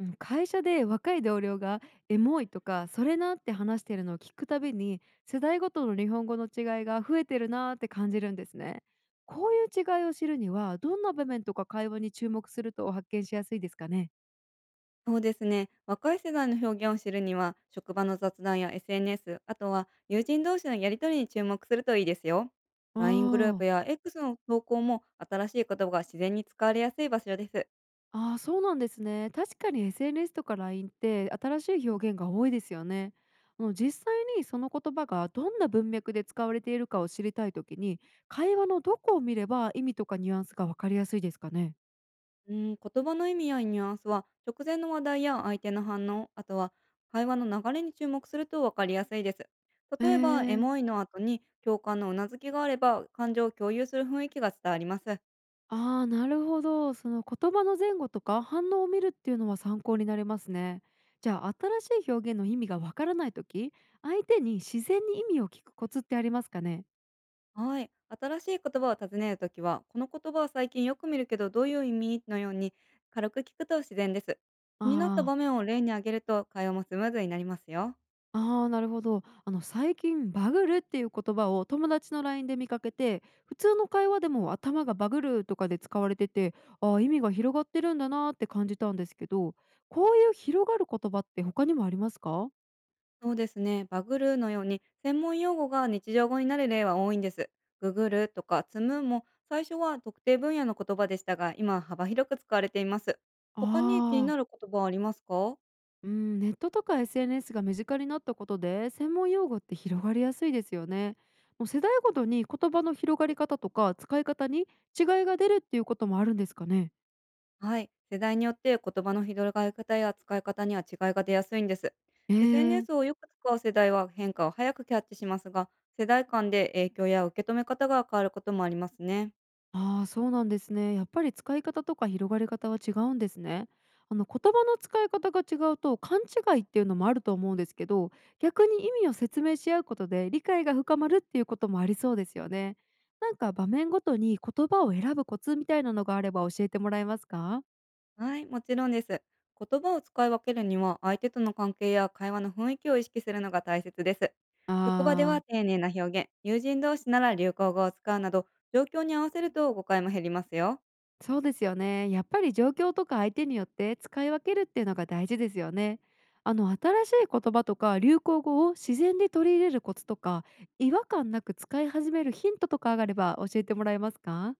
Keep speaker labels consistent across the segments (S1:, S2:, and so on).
S1: うん、会社で若い同僚が「エモい」とか「それな」って話してるのを聞くたびに世代ごとの日本語の違いが増えてるなーって感じるんですね。こういう違いを知るにはどんな場面とか会話に注目すると発見しやすいですかね？
S2: そうですね。若い世代の表現を知るには、職場の雑談や SNS、あとは友人同士のやりとりに注目するといいですよ。
S1: あ
S2: LINE グループ
S1: ー
S2: や X の投稿も新しい言葉が自然に使われやすい場所です。
S1: あー、そうなんですね。確かに SNS とか LINE って新しい表現が多いですよね。実際にその言葉がどんな文脈で使われているかを知りたいときに会話のどこを見れば意味とかニュアンスがわかりやすいですかね？
S2: うん、言葉の意味やニュアンスは、直前の話題や相手の反応、あとは会話の流れに注目するとわかりやすいです。
S1: え
S2: 例えば、エ
S1: ー、
S2: モいの後に共感のうなずきがあれば、感情を共有する雰囲気が伝わります。
S1: ああ、なるほど。その言葉の前後とか反応を見るっていうのは参考になりますね。じゃあ、新しい表現の意味がわからないとき、相手に自然に意味を聞くコツってありますかね？
S2: はい。新しい言葉を尋ねるときは、この言葉は最近よく見るけど、どういう意味のように軽く聞くと自然です。
S1: あ
S2: 気になった場
S1: あ、
S2: 面を例に挙げると、会話もスムーズになりますよ。
S1: あーあー、なるほど。最近バグるっていう言葉を友達の LINE で見かけて、普通の会話でも頭がバグるとかで使われてて、ああー、意味が広がってるんだなーって感じたんですけど、こういう広がる言葉って他にもありますか？
S2: そうですね。バグるのように、専門用語が日常語になる例は多いんです。ググるとか積むも、最初は特定分野の言葉でしたが、今は幅広く使われています。他に気に
S1: ああ
S2: な
S1: ー。
S2: る言葉はありますか？
S1: うん、ネットとか SNS が身近になったことで専門用語って広がりやすいですよね。もう世代ごとに言葉の広がり方とか使い方に違いが出るっていうこともあるんですかね。
S2: はい。世代によって言葉の広がり方や使い方には違いが出やすいんです。
S1: えー、
S2: SNS をよく使う世代は変化を早くキャッチしますが、世代間で影響や受け止め方が変わることもありますね。
S1: ああ、そうなんですね。やっぱり使い方とか広がり方は違うんですね。言葉の使い方が違うと勘違いっていうのもあると思うんですけど、逆に意味を説明し合うことで理解が深まるっていうこともありそうですよね。なんか場面ごとに言葉を選ぶコツみたいなのがあれば教えてもらえますか？
S2: はい、もちろんです。言葉を使い分けるには、相手との関係や会話の雰囲気を意識するのが大切です。
S1: あ
S2: 職場では
S1: あ、
S2: 丁寧な表現、友人同士なら流行語を使うなど、状況に合わせると誤解も減りますよ。
S1: そうですよね。やっぱり状況とか相手によって使い分けるっていうのが大事ですよね。新しい言葉とか流行語を自然に取り入れるコツとか違和感なく使い始めるヒントとかがあれば教えてもらえますか？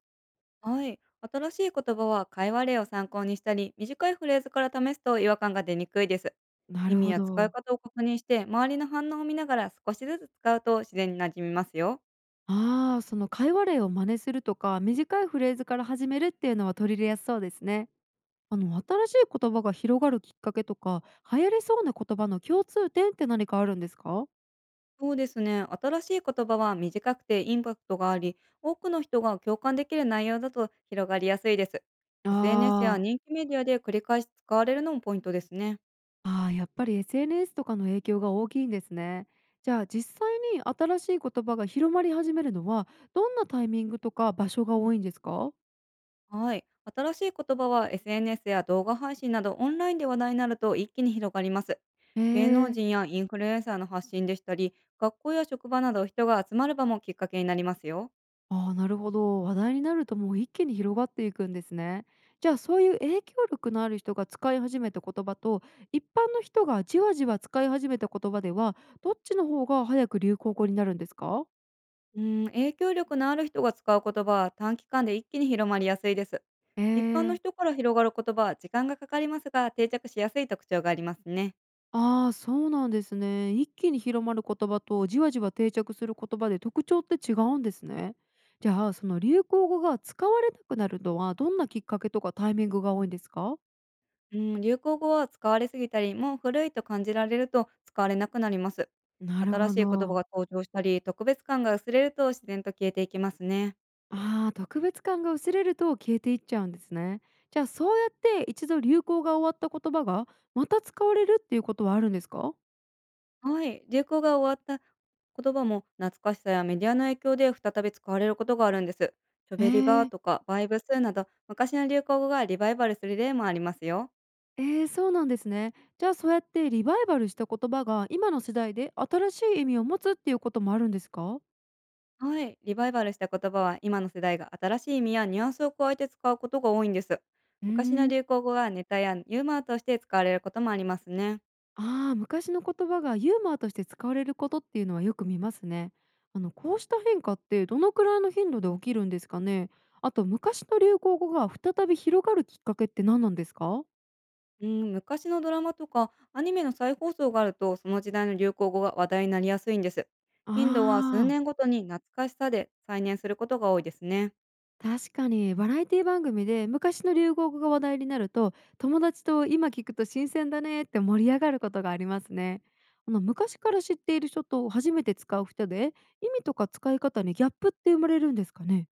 S2: はい。新しい言葉は会話例を参考にしたり、短いフレーズから試すと違和感が出にくいです。
S1: な
S2: 意
S1: る
S2: 味
S1: ほ
S2: や使い
S1: ど。
S2: 方を確認して、周りの反応を見ながら少しずつ使うと自然に馴染みますよ。
S1: ああ、その会話例を真似するとか短いフレーズから始めるっていうのは取り入れやすそうですね。新しい言葉が広がるきっかけとか流行りそうな言葉の共通点って何かあるんですか？
S2: そうですね。新しい言葉は短くてインパクトがあり、多くの人が共感できる内容だと広がりやすいです。
S1: あ
S2: SNS や
S1: あー、
S2: 人気メディアで繰り返し使われるのもポイントですね。
S1: ああ、やっぱり SNS とかの影響が大きいんですね。じゃあ、実際に新しい言葉が広まり始めるのはどんなタイミングとか場所が多いんですか？
S2: はい。新しい言葉は SNS や動画配信などオンラインで話題になると一気に広がります。
S1: へ
S2: 芸能
S1: え。
S2: 人やインフルエンサーの発信でしたり、学校や職場など人が集まる場もきっかけになりますよ。
S1: ああ、なるほど。話題になるともう一気に広がっていくんですね。じゃあ、そういう影響力のある人が使い始めた言葉と一般の人がじわじわ使い始めた言葉ではどっちの方が早く流行語になるんですか？
S2: うん、影響力のある人が使う言葉は短期間で一気に広まりやすいです。
S1: へ
S2: 一般の
S1: え。
S2: 人から広がる言葉は時間がかかりますが定着しやすい特徴がありますね。
S1: ああ、そうなんですね。一気に広まる言葉とじわじわ定着する言葉で特徴って違うんですね。じゃあ、その流行語が使われなくなるのはどんなきっかけとかタイミングが多いんですか？
S2: うん、流行語は使われすぎたり、もう古いと感じられると使われなくなります。
S1: なる
S2: 新
S1: ほ
S2: しい言葉
S1: ど。
S2: が登場したり、特別感が薄れると自然と消えていきますね。
S1: ああ、特別感が薄れると消えていっちゃうんですね。じゃあ、そうやって一度流行が終わった言葉がまた使われるっていうことはあるんですか？
S2: はい、流行が終わった言葉も懐かしさやメディアの影響で再び使われることがあるんです。チョ
S1: え
S2: ベリバー
S1: え、
S2: とかバイブスなど昔の流行語がリバイバルする例もありますよ。
S1: えー、そうなんですね。じゃあ、そうやってリバイバルした言葉が今の世代で新しい意味を持つっていうこともあるんですか？
S2: はい、リバイバルした言葉は今の世代が新しい意味やニュアンスを加えて使うことが多いんです。
S1: うー
S2: 昔の
S1: ん、
S2: 流行語がネタやユーモアとして使われることもありますね。
S1: ああ、昔の言葉がユーモアとして使われることっていうのはよく見ますね。こうした変化ってどのくらいの頻度で起きるんですかね。あと、昔の流行語が再び広がるきっかけって何なんですか？
S2: うん、昔のドラマとかアニメの再放送があると、その時代の流行語が話題になりやすいんです。
S1: あ
S2: 頻度は数
S1: あ、
S2: 年ごとに懐かしさで再燃することが多いですね。
S1: 確かにバラエティ番組で昔の流行語が話題になると、友達と今聞くと新鮮だねって盛り上がることがありますね。昔から知っている人と初めて使う人で、意味とか使い方にギャップって生まれるんですかね？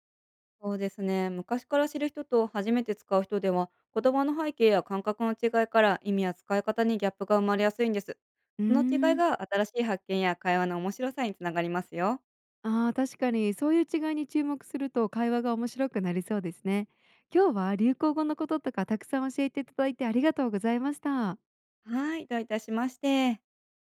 S2: そうですね。昔から知る人と初めて使う人では、言葉の背景や感覚の違いから意味や使い方にギャップが生まれやすいんです。
S1: う
S2: その違い
S1: ーん。
S2: が新しい発見や会話の面白さにつながりますよ。
S1: ああ、確かにそういう違いに注目すると会話が面白くなりそうですね。今日は流行語のこととかたくさん教えていただいてありがとうございました。
S2: はい、どういたしまして。